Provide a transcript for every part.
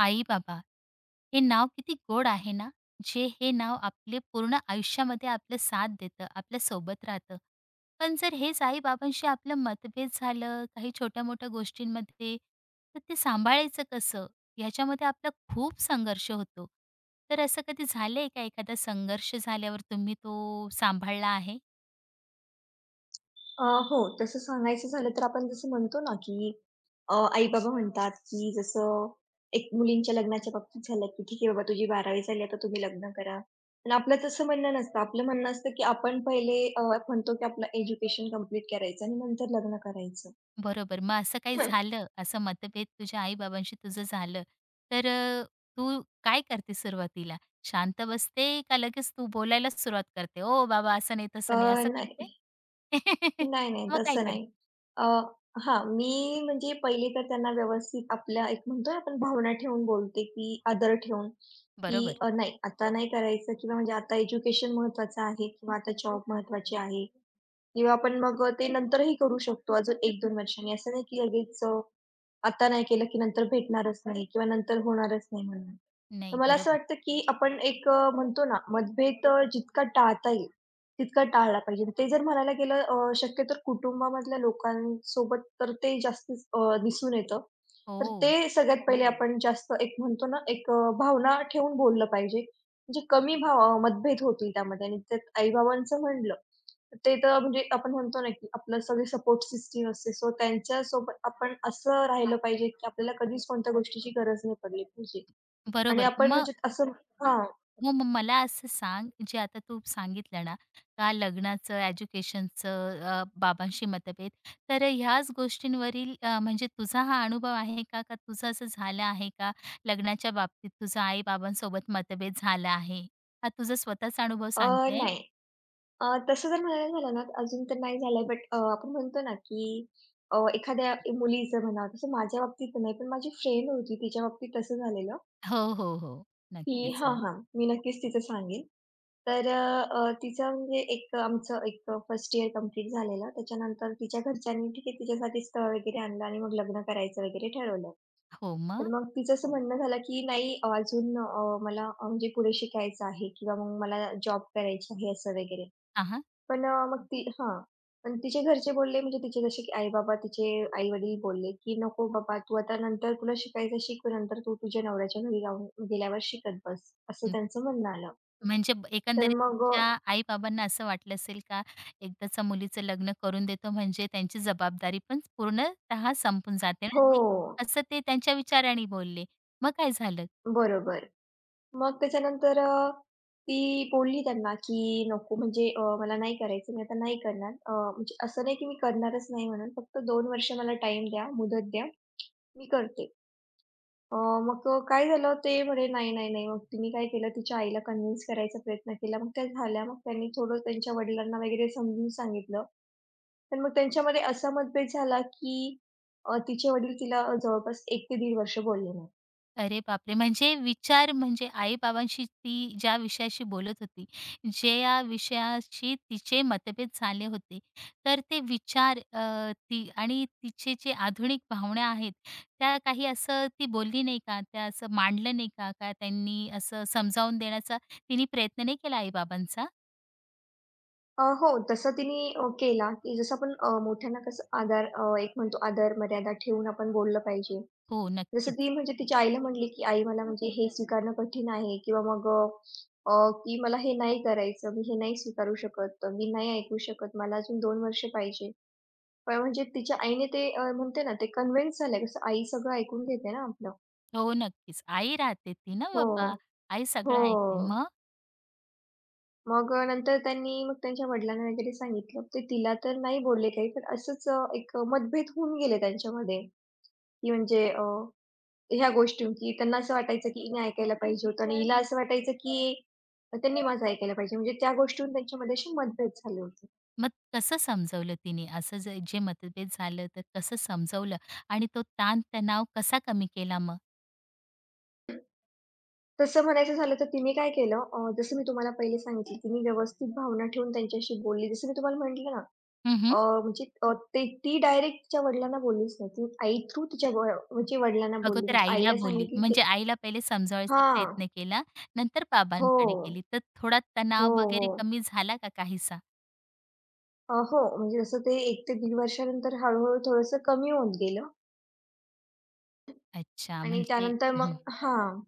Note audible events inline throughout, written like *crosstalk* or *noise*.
आई-बाबा. हे नाव किती गोड आहे ना, जे हे नाव आपले पूर्ण आयुष्यामध्ये आपलं साथ देतं, आपल्या सोबत राहतं. पण जर हेच आई-बाबांशी आपलं मतभेद झालं, काही छोट्या-मोठ्या गोष्टींमध्ये, तर ते सांभाळायचं कसं? ह्याच्यामध्ये आपला खूप संघर्ष होतो. तर असं कधी झालंय का एखादा संघर्ष झाल्यावर तुम्ही तो सांभाळला आहे? अ, हो. तसं सांगायचं झालं तर आपण जसं म्हणतो ना, की आई-बाबा म्हणतात, की जसं एक मुलींच्या लग्नाच्या बाबतीत झालं, की "ठीक आहे बाबा तुझी 12वी झाली आता तुम्ही लग्न करा." पण आपलं तसं म्हणणं नसतं. आपलं म्हणणं असतं, की आपण पहिले म्हणतो, की आपलं एज्युकेशन कंप्लीट करायचं आणि नंतर लग्न करायचं. बरोबर. मग असं काही *laughs* झालं, असं मतभेद तुझ्या आई तुझं झालं, तर तू काय करते सुरुवातीला? शांत बसते का लगेच तू बोलायलाच सुरुवात करते? "ओ बाबा, असं नाही, तसं नाही." असं पण करते? *laughs* नाही, मग काय तसं करते? नाही. अ, हां, मी म्हणजे पहिले तर त्यांना व्यवस्थित आपल्या एक म्हणतो ना आपण भावना ठेवून बोलते, की आदर ठेवून, की बरोबर. नाही आता नाही करायचं किंवा म्हणजे आता एज्युकेशन महत्त्वाचं आहे किंवा आता जॉब महत्त्वाची आहे किंवा आपण मग ते नंतरही करू शकतो अजून 1-2 वर्षांनी. असं नाही की लगेच आता नाही केलं की नंतर भेटणारच नाही किंवा नंतर होणारच नाही म्हणून. तर नाही, मला असं बरोबर. वाटतं, की आपण एक म्हणतो ना मतभेद जितका टाळता येईल, तितका टाळला पाहिजे. ते जर म्हणायला गेलं शक्यतो कुटुंबामधल्या लोकांसोबत तर ते जास्तीच दिसून येतं. तर हो, ते सगळ्यात पहिले आपण जास्त एक म्हणतो ना एक भावना ठेवून बोललं पाहिजे. म्हणजे कमी भाव मतभेद होतील त्यामध्ये आणि त्यात आई म्हणलं, ते तर म्हणजे आपण म्हणतो ना, की आपलं सगळी सपोर्ट सिस्टम असते. सो त्यांच्यासोबत आपण असं राहिलं पाहिजे, की आपल्याला कधीच कोणत्या गोष्टीची गरज नाही पडली पाहिजे. आणि बरोबर. आपण मग म्हणजे असं हां. हो, मग मला असं सांग, जे आता तू सांगितलं ना, का लग्नाचं, एज्युकेशनचं, बाबांशी मतभेद, तर ह्याच गोष्टींवरील म्हणजे तुझा हा अनुभव आहे का? का तुझं असं झालं आहे का? लग्नाच्या बाबतीत तुझा आई-बाबांसोबत मतभेद झाला आहे? हा तुझा स्वतःचा अनुभव अ, सांगते. नाही. तसं जर म्हणायला झालं ना, अजून तर नाही झालंय, बट आपण म्हणतो ना, की एखाद्या मुलीचं म्हणा, तसं माझ्या बाबतीत नाही, पण माझी फ्रेंड होती, तिच्या बाबतीत तसं झालेलं, हो, हो, हो. की नक्कीच. हां, हो. हां. मी नक्कीच तिचं सांगेन. तर तिचं म्हणजे एक आमचं एक फर्स्ट इयर कंप्लीट झालेलं. त्याच्यानंतर तिच्या घरच्यांनी ठीक आहे, तिच्यासाठी स्थळ वगैरे आणलं आणि मग लग्न करायचं वगैरे ठरवलं. हो, तर मग? मग तिचं असं म्हणणं झालं, की "नाही अजून मला म्हणजे पुढे शिकायचं आहे किंवा मग मला जॉब करायची आहे," असं वगैरे. हां, पण मग ती हां. पण तिचे घरचे बोलले म्हणजे तिचे जसे की आई-बाबा, तिचे आई-वडील बोलले, की "नको बाबा, तू आता नंतर तुला शिकायचं शिक, पण नंतर तू तुझ्या नवऱ्याच्या घरी जाऊन गेल्यावर शिकत बस," असं त्यांचं म्हणणं आलं. म्हणजे तर एकंदरीत मग अ त्यांच्या आई-बाबांना असं वाटलं असेल का एकदाचं मुलीचं लग्न करून देतो म्हणजे त्यांची जबाबदारी पण पूर्णतः संपून जाते ना हो. ती, असं ते त्यांच्या विचाराने बोलले. मग काय झालं? बरोबर. मग त्याच्यानंतर ती बोलली त्यांना, की "नको म्हणजे मला नाही करायचं, मी आता नाही करणार." म्हणजे असं नाही की मी करणारच नाही म्हणून, फक्त 2 वर्ष मला टाईम द्या, मुदत द्या, मी करते. अ, मग काय झालं ते म्हणे, "नाही, नाही, नाही." मग तिने काय केलं, तिच्या आईला कन्व्हिन्स करायचा प्रयत्न केला. मग त्या झाल्या. मग त्यांनी थोडं त्यांच्या वडिलांना वगैरे समजून सांगितलं. तर मग त्यांच्यामध्ये असा मतभेद झाला, की तिचे वडील तिला जवळपास 1 ते दीड वर्ष बोलले नाही. अरे बापरे! म्हणजे विचार म्हणजे आई-बाबांशी ती ज्या विषयाशी बोलत होती, जे ज्या विषयाशी तिचे मतभेद झाले होते, तर ते विचार ती आणि तिचे जे आधुनिक भावना आहेत, त्या काही असं ती बोलली नाही का? त्या असं मांडलं नाही का? का त्यांनी असं समजावून देण्याचा तिने प्रयत्न नाही केला आई-बाबांचा? हो, तसं तिने केला, की जसं आपण मोठ्यांना कसं आदर एक म्हणतो आदर, मर्यादा ठेवून आपण बोललं पाहिजे. हो, जसं ती नक्कीच. म्हणजे तिच्या आईला म्हटली, की "आई मला म्हणजे हे स्वीकारणं कठीण आहे" किंवा मग अ, अ, की "मला हे नाही करायचं, मी हे नाही स्वीकारू शकत, मी नाही ऐकू शकत, मला अजून 2 वर्ष पाहिजे." पण म्हणजे तिच्या आईने ते म्हणते ना, ते कन्व्हिन्स झालंय. कसं आई सगळं ऐकून घेते ना आपलं. हो, नक्कीच. आई राहते ती ना हो, बाबा. आई हो. सगळं ऐकते. मग? मग नंतर त्यांनी मग त्यांच्या वडिलांना वगैरे सांगितलं. ते तिला तर नाही बोलले काही, पण असंच मतभेद होऊन गेले त्यांच्यामध्ये, की ह्या गोष्टी की त्यांना असं वाटायचं की हिने ऐकायला पाहिजे होतं आणि हिला असं वाटायचं की त्यांनी माझं ऐकायला पाहिजे. म्हणजे त्या गोष्टीवरून त्यांच्यामध्ये असे मतभेद झाले होते. मग कसं समजवलं तिने? असं जे मतभेद झालं तर कसं समजवलं आणि तो ताण-तणाव कसा कमी केला मग? तसं म्हणायचं झालं तर तिने काय केलं जसं मी तुम्हाला पहिले सांगितलं, तिने व्यवस्थित भावना ठेवून त्यांच्याशी बोलली. जसं मी तुम्हाला म्हटलं ना हं, हं. अ, ते ती डायरेक्ट तिच्या वडिलांना बोललीच नाही. ती आई थ्रू तिच्या व म्हणजे वडिलांना बोलली. अगोदर म्हणजे आईला आईला बोलली सांगितली म्हणजे ते आईला पहिले समजावायचा हां. प्रयत्न केला, नंतर हो, बाबांकडे गेली. तर थोडा हो, तणाव वगैरे हो. कमी झाला का काहीसा? हो, म्हणजे जसं ते 1 ते 1.5 वर्षानंतर हळू-हळू थोडंसं कमी होत गेलं अच्छा आणि म्हणजे त्यानंतर हं, मग हां.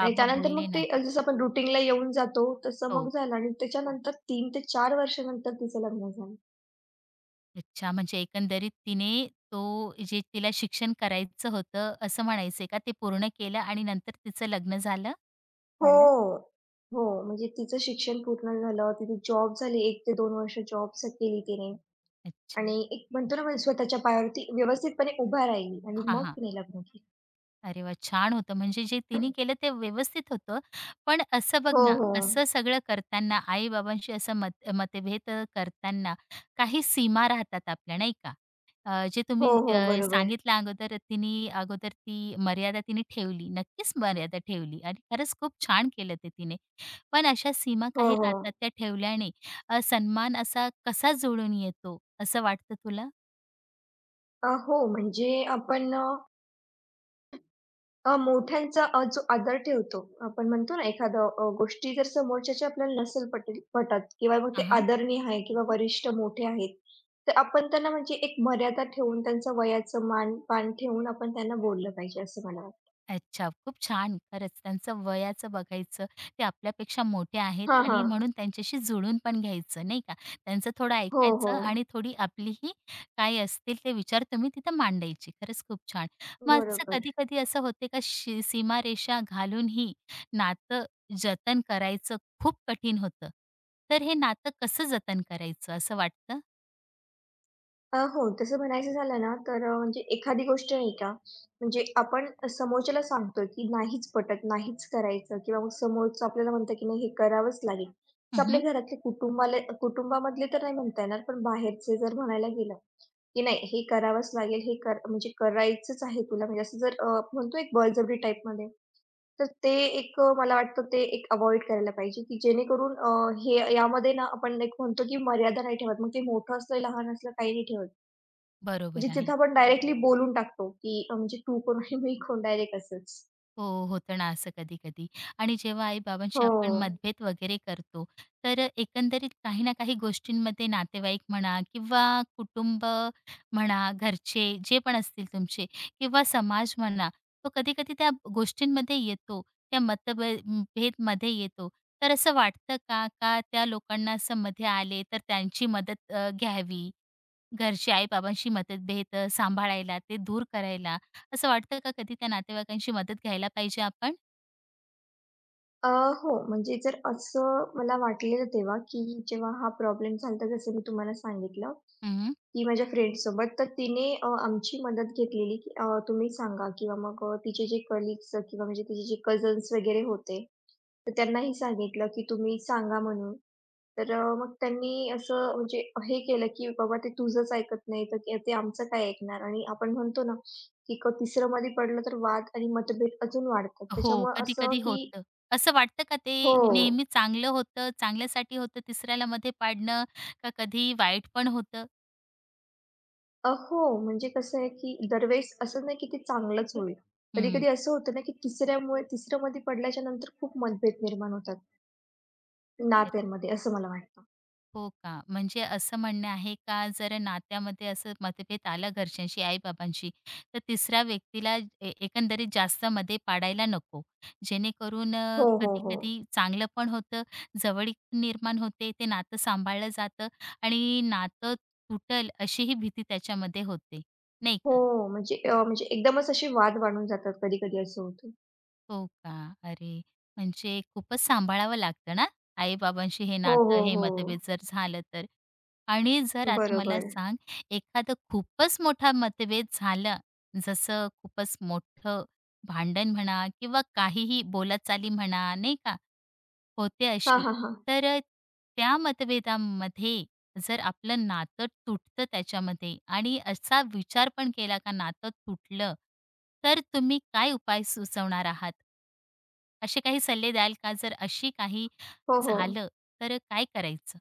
आणि त्यानंतर मग बोलले ते नाही. जसं आपण रुटीनला येऊन जातो, तसं मग हो. झालं आणि त्याच्यानंतर 3 ते 4 वर्षानंतर तिचं लग्न झालं. अच्छा म्हणजे एकंदरीत तिने तो जे तिला शिक्षण करायचं होतं असं म्हणायचंय का ते पूर्ण केलं आणि नंतर तिचं लग्न झालं? हो ना? हो. म्हणजे तिचं शिक्षण पूर्ण झालं, तिथे जॉब झाली. 1 ते 2 वर्ष जॉब स केली तिने अच्छा. आणि एक म्हणतो ना, म्हणजे स्वतःच्या पायावरती व्यवस्थितपणे उभा राहिली आणि हां, मग हां. तिने लग्न केलं. अरे वाह! छान होतं. म्हणजे जे तिने केलं ते व्यवस्थित होतं. पण असं बघ हो, ना, हो. असं सगळं करताना आई-बाबांशी असं मतभेद करताना काही सीमा राहतात आपल्या, नाही का? जे तुम्ही हो, हो. बरोबर. सांगितलं अगोदर तिने अगोदर ती मर्यादा तिने ठेवली. नक्कीच मर्यादा ठेवली आणि खरंच खूप छान केलं ते तिने. पण अशा सीमा हो, काही राहतात हो. त्या ठेवल्याने सन्मान असा कसा जुळून येतो असं वाटतं तुला? हो, म्हणजे आपण अ, मोठ्यांचा जो आदर ठेवतो, आपण म्हणतो ना, एखादं गोष्टी जर समोरच्याची आपल्याला नसेल पटत किंवा मग ते आदरणीय आहे किंवा वरिष्ठ मोठे आहेत, तर आपण त्यांना म्हणजे एक मर्यादा ठेवून, त्यांचा वयाचं मान पान ठेवून आपण त्यांना बोललं पाहिजे, असं मला वाटतं. अच्छा, खूप छान. खरंच त्यांचं वयाचं बघायचं, ते आपल्यापेक्षा मोठे आहेत हां, आणि हां. म्हणून त्यांच्याशी जुळून पण घ्यायचं, नाही का? त्यांचं थोडं हो, हो. ऐकायचं आणि थोडी आपलीही काय असतील ते विचार तुम्ही तिथं मांडायचे. खरंच खूप छान. मग असं बरोबर. कधी-कधी असं होते का सीमारेषा घालूनही नातं जतन करायचं खूप कठीण होतं. तर हे नातं कसं जतन करायचं असं वाटतं? हो, तसं म्हणायचं झालं ना, तर म्हणजे एखादी गोष्ट नाही का, म्हणजे आपण समोरच्याला सांगतोय, की नाहीच पटत, नाहीच करायचं किंवा मग समोरचं आपल्याला म्हणतं, की नाही हे करावंच लागेल. हं, तसं आपल्या हं. घरातले कुटुंबाला कुटुंबामधले तर नाही म्हणता येणार, पण बाहेरचे जर म्हणायला गेलं, की नाही हे करावंच लागेल, हे कर म्हणजे करायचंच आहे तुला, म्हणजे असं जर आपण म्हणतो एक बळजबरी टाईपमध्ये, तर ते एक मला वाटतं ते एक अव्हॉइड करायला पाहिजे, की जेणेकरून हे यामध्ये ना आपण एक म्हणतो, की मर्यादा नाही ठेवत. मग ते मोठं असलं, लहान असलं काही नाही ठेवत. म्हणजे बरोबर आहे. तिथं आपण डायरेक्टली बोलून टाकतो, की म्हणजे तू कोण आणि मी कोण डायरेक्ट असंच. हो, होतं ना असं कधी-कधी. आणि जेव्हा आई-बाबांशी हो. आपण मतभेद वगैरे करतो, तर एकंदरीत काही ना काही गोष्टींमध्ये नातेवाईक म्हणा किंवा कुटुंब म्हणा, घरचे जे पण असतील तुमचे किंवा समाज म्हणा, तो कधी-कधी त्या गोष्टींमध्ये येतो, त्या मतभे येतो. तर असं वाटतं का, का त्या लोकांना असं मध्ये आले तर त्यांची मदत घ्यावी? घरचे आई-बाबांशी मतभेद सांभाळायला, ते दूर करायला, असं वाटतं का कधी त्या नातेवाईकांची मदत घ्यायला पाहिजे आपण? अ, हो, म्हणजे जर असं मला वाटलेलं तेव्हा, की जेव्हा हा प्रॉब्लेम झाला होता जसं मी तुम्हाला सांगितलं, हं. की माझ्या फ्रेंडसोबत तर तिने आमची मदत घेतलेली, की तुम्ही सांगा किंवा मग तिचे जे कलीग्स किंवा म्हणजे तिचे जे कझन्स वगैरे होते, तर त्यांनाही सांगितलं, की तुम्ही सांगा म्हणून. तर मग त्यांनी असं म्हणजे हे केलं, की "बाबा ते तुझंच ऐकत नाही, तर ते ते आमचं काय ऐकणार?" आणि आपण म्हणतो ना, की तिसरंमध्ये पडलं तर वाद आणि मतभेद अजून वाढतात. हो, त्याच्यामुळे असं कधी-कधी की होतं. असं वाटतं का ते हो. नेहमी चांगलं होतं, चांगल्यासाठी होतं, तिसऱ्याला मध्ये पाडणं, का कधी वाईट पण होतं? हो, म्हणजे कसं आहे, की दरवेळेस असं नाही की ते चांगलंच होईल. हं. कधी-कधी असं होतं ना, की तिसऱ्यामध्ये पडल्याच्या नंतर खूप मतभेद निर्माण होतात अरे. नात्यांमध्ये, असं मला वाटतं. हो का? म्हणजे असं म्हणणं आहे का जर नात्यामध्ये असं मतभेद आला घरच्यांशी, आई-बाबांशी, तर तिसऱ्या व्यक्तीला एकंदरीत जास्त मध्ये पाडायला नको. जेणेकरून हो. कधी-कधी चांगलं पण होतं, जवळीक निर्माण होते, ते नातं सांभाळलं जातं आणि नातं तुटल अशीही भीती त्याच्यामध्ये होते, नाही हो, का? म्हणजे एकदमच असे वाद वाढून जातात. कधी-कधी असं होतं. हो का? अरे! म्हणजे खूपच सांभाळावं लागतं ना, आई-बाबांशी हे हो, हो, नातं, हे हो. मतभेद जर झालं तर. आणि जर आता मला बरोबर. सांग, एखादं खूपच मोठा मतभेद झाला, जसं खूपच मोठं भांडण म्हणा किंवा काहीही बोलाचाली म्हणा, नाही का? होते हां, अशी. हां, हां. तर त्या मतभेदामध्ये जर आपलं नातं तुटतं त्याच्यामध्ये आणि असा विचार पण केला का नातं तुटलं, तर तुम्ही काय उपाय सुचवणार आहात? असे काही सल्ले द्याल का? जर अशी काही हो, हो. झालं, तर काय करायचं?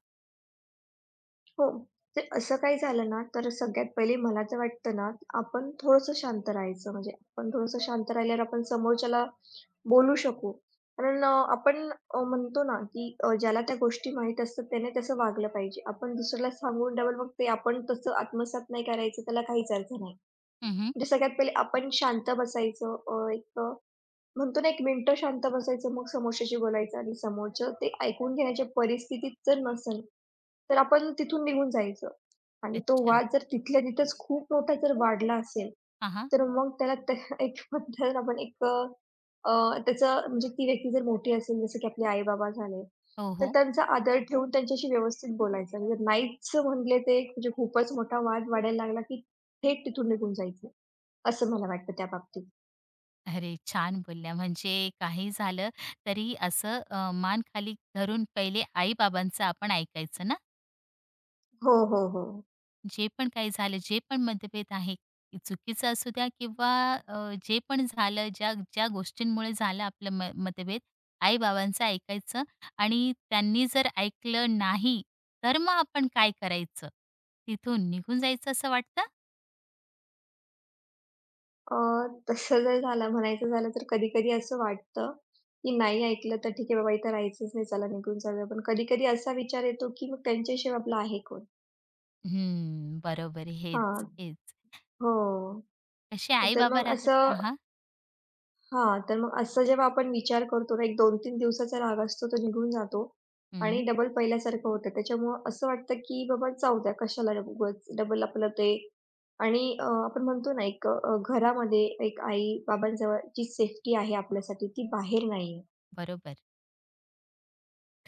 हो. ते असं काही झालं ना, तर सगळ्यात पहिले मला तर वाटतं ना, आपण थोडंसं शांत राहायचं. म्हणजे आपण थोडंसं शांत राहिल्यावर आपण समोरच्याला बोलू शकू. कारण म्हणतो ना, की ज्याला त्या गोष्टी माहीत असतात त्याने तसं वागलं पाहिजे. आपण दुसऱ्याला सांगून डबल मग ते आपण तसं आत्मसात नाही करायचं त्याला काहीच अर्थ नाही. हं, हं. म्हणजे सगळ्यात पहिले आपण शांत बसायचं. म्हणतो ना, 1 मिनिटं शांत बसायचं, मग समोरच्याशी बोलायचं आणि समोरचं ते ऐकून घेण्याच्या परिस्थितीत जर नसेल, तर आपण तिथून निघून जायचं आणि तो अच्छा. वाद जर तिथल्या तिथेच खूप मोठा जर वाढला असेल, हां, हां. तर मग त्याला त्या *laughs* एक म्हणतात ना आपण अ, त्याचं म्हणजे ती व्यक्ती जर मोठी असेल जसं की आपले आई-बाबा झाले, हो, तर हो. त्यांचा आदर ठेवून त्यांच्याशी व्यवस्थित बोलायचं आणि जर नाहीच म्हटले ते म्हणजे खूपच मोठा वाद वाढायला लागला, की थेट तिथून निघून जायचं, असं मला वाटतं त्या बाबतीत. अरे, छान बोलल्या. म्हणजे काही झालं तरी असं मान खाली धरून पहिले आई-बाबांचं आपण ऐकायचं ना? हो. जे पण काही झालं, जे पण मतभेद आहे, ते चुकीचं असू द्या किंवा अ, जे पण झालं, ज्या ज्या गोष्टींमुळे झालं आपलं मतभेद, आई-बाबांचं ऐकायचं आणि त्यांनी जर ऐकलं नाही, तर मग आपण काय करायचं? तिथून निघून जायचं असं वाटतं? अ, तसं जर झालं म्हणायचं झालं तर कधी-कधी असं वाटतं, की नाही ऐकलं तर ठीक आहे बाबा इथं राहायचंच नाही, चला निघून जाऊया. पण कधी-कधी असा विचार येतो, की मग त्यांच्याशिवाय आपलं आहे कोण? हं, बरोबर. हेच, हां. हेच. हो. कसे तर आई-बाबा मग राहतात असं हां, हां, तर मग असं जेव्हा आपण विचार करतो ना, एक 2-3 दिवसाचा राग असतो तो निघून जातो आणि हं, डबल पहिल्यासारखं होतं. त्याच्यामुळं असं वाटतं, की बाबा जाऊ द्या कशाला उगाच डबल आपलं ते आणि आपण म्हणतो ना एक घरामध्ये एक आई-बाबांजवळ जी सेफ्टी आहे आपल्यासाठी ती बाहेर नाहीये. बरोबर.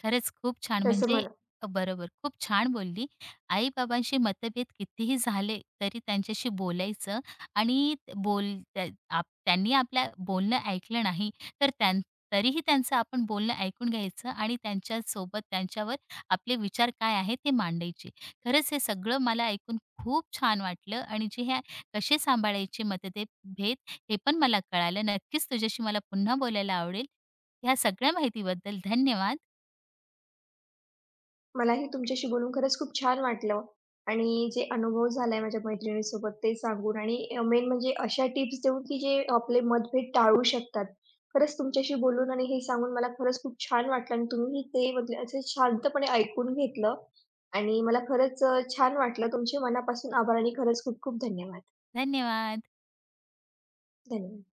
खरंच खूप छान. तसं म्हणजे मला बरोबर, खूप छान बोलली. आई-बाबांशी मतभेद कितीही झाले, तरी त्यांच्याशी बोलायचं आणि त- बोल त्या आप त्यांनी आपल्या बोलणं ऐकलं नाही, तर त्यां तरीही त्यांचं आपण बोलणं ऐकून घ्यायचं आणि त्यांच्यासोबत त्यांच्यावर आपले विचार काय आहेत ते मांडायचे. खरंच हे सगळं मला ऐकून खूप छान वाटलं आणि जे हे कसे सांभाळायचे मतदे भेद हे पण मला कळालं. नक्कीच तुझ्याशी मला पुन्हा बोलायला आवडेल. ह्या सगळ्या माहितीबद्दल धन्यवाद. मलाही तुमच्याशी बोलून खरंच खूप छान वाटलं आणि जे अनुभव झालाय माझ्या मैत्रिणीसोबत ते सांगून आणि मेन म्हणजे अशा टिप्स देऊन की जे आपले मतभेद टाळू शकतात. खरंच तुमच्याशी बोलून आणि हे सांगून मला खरंच खूप छान वाटलं आणि तुम्हीही ते म्हणजे असे शांतपणे ऐकून घेतलं आणि मला खरंच छान वाटलं. तुमचे मनापासून आभार आणि खरंच खूप खूप धन्यवाद. धन्यवाद. धन्यवाद.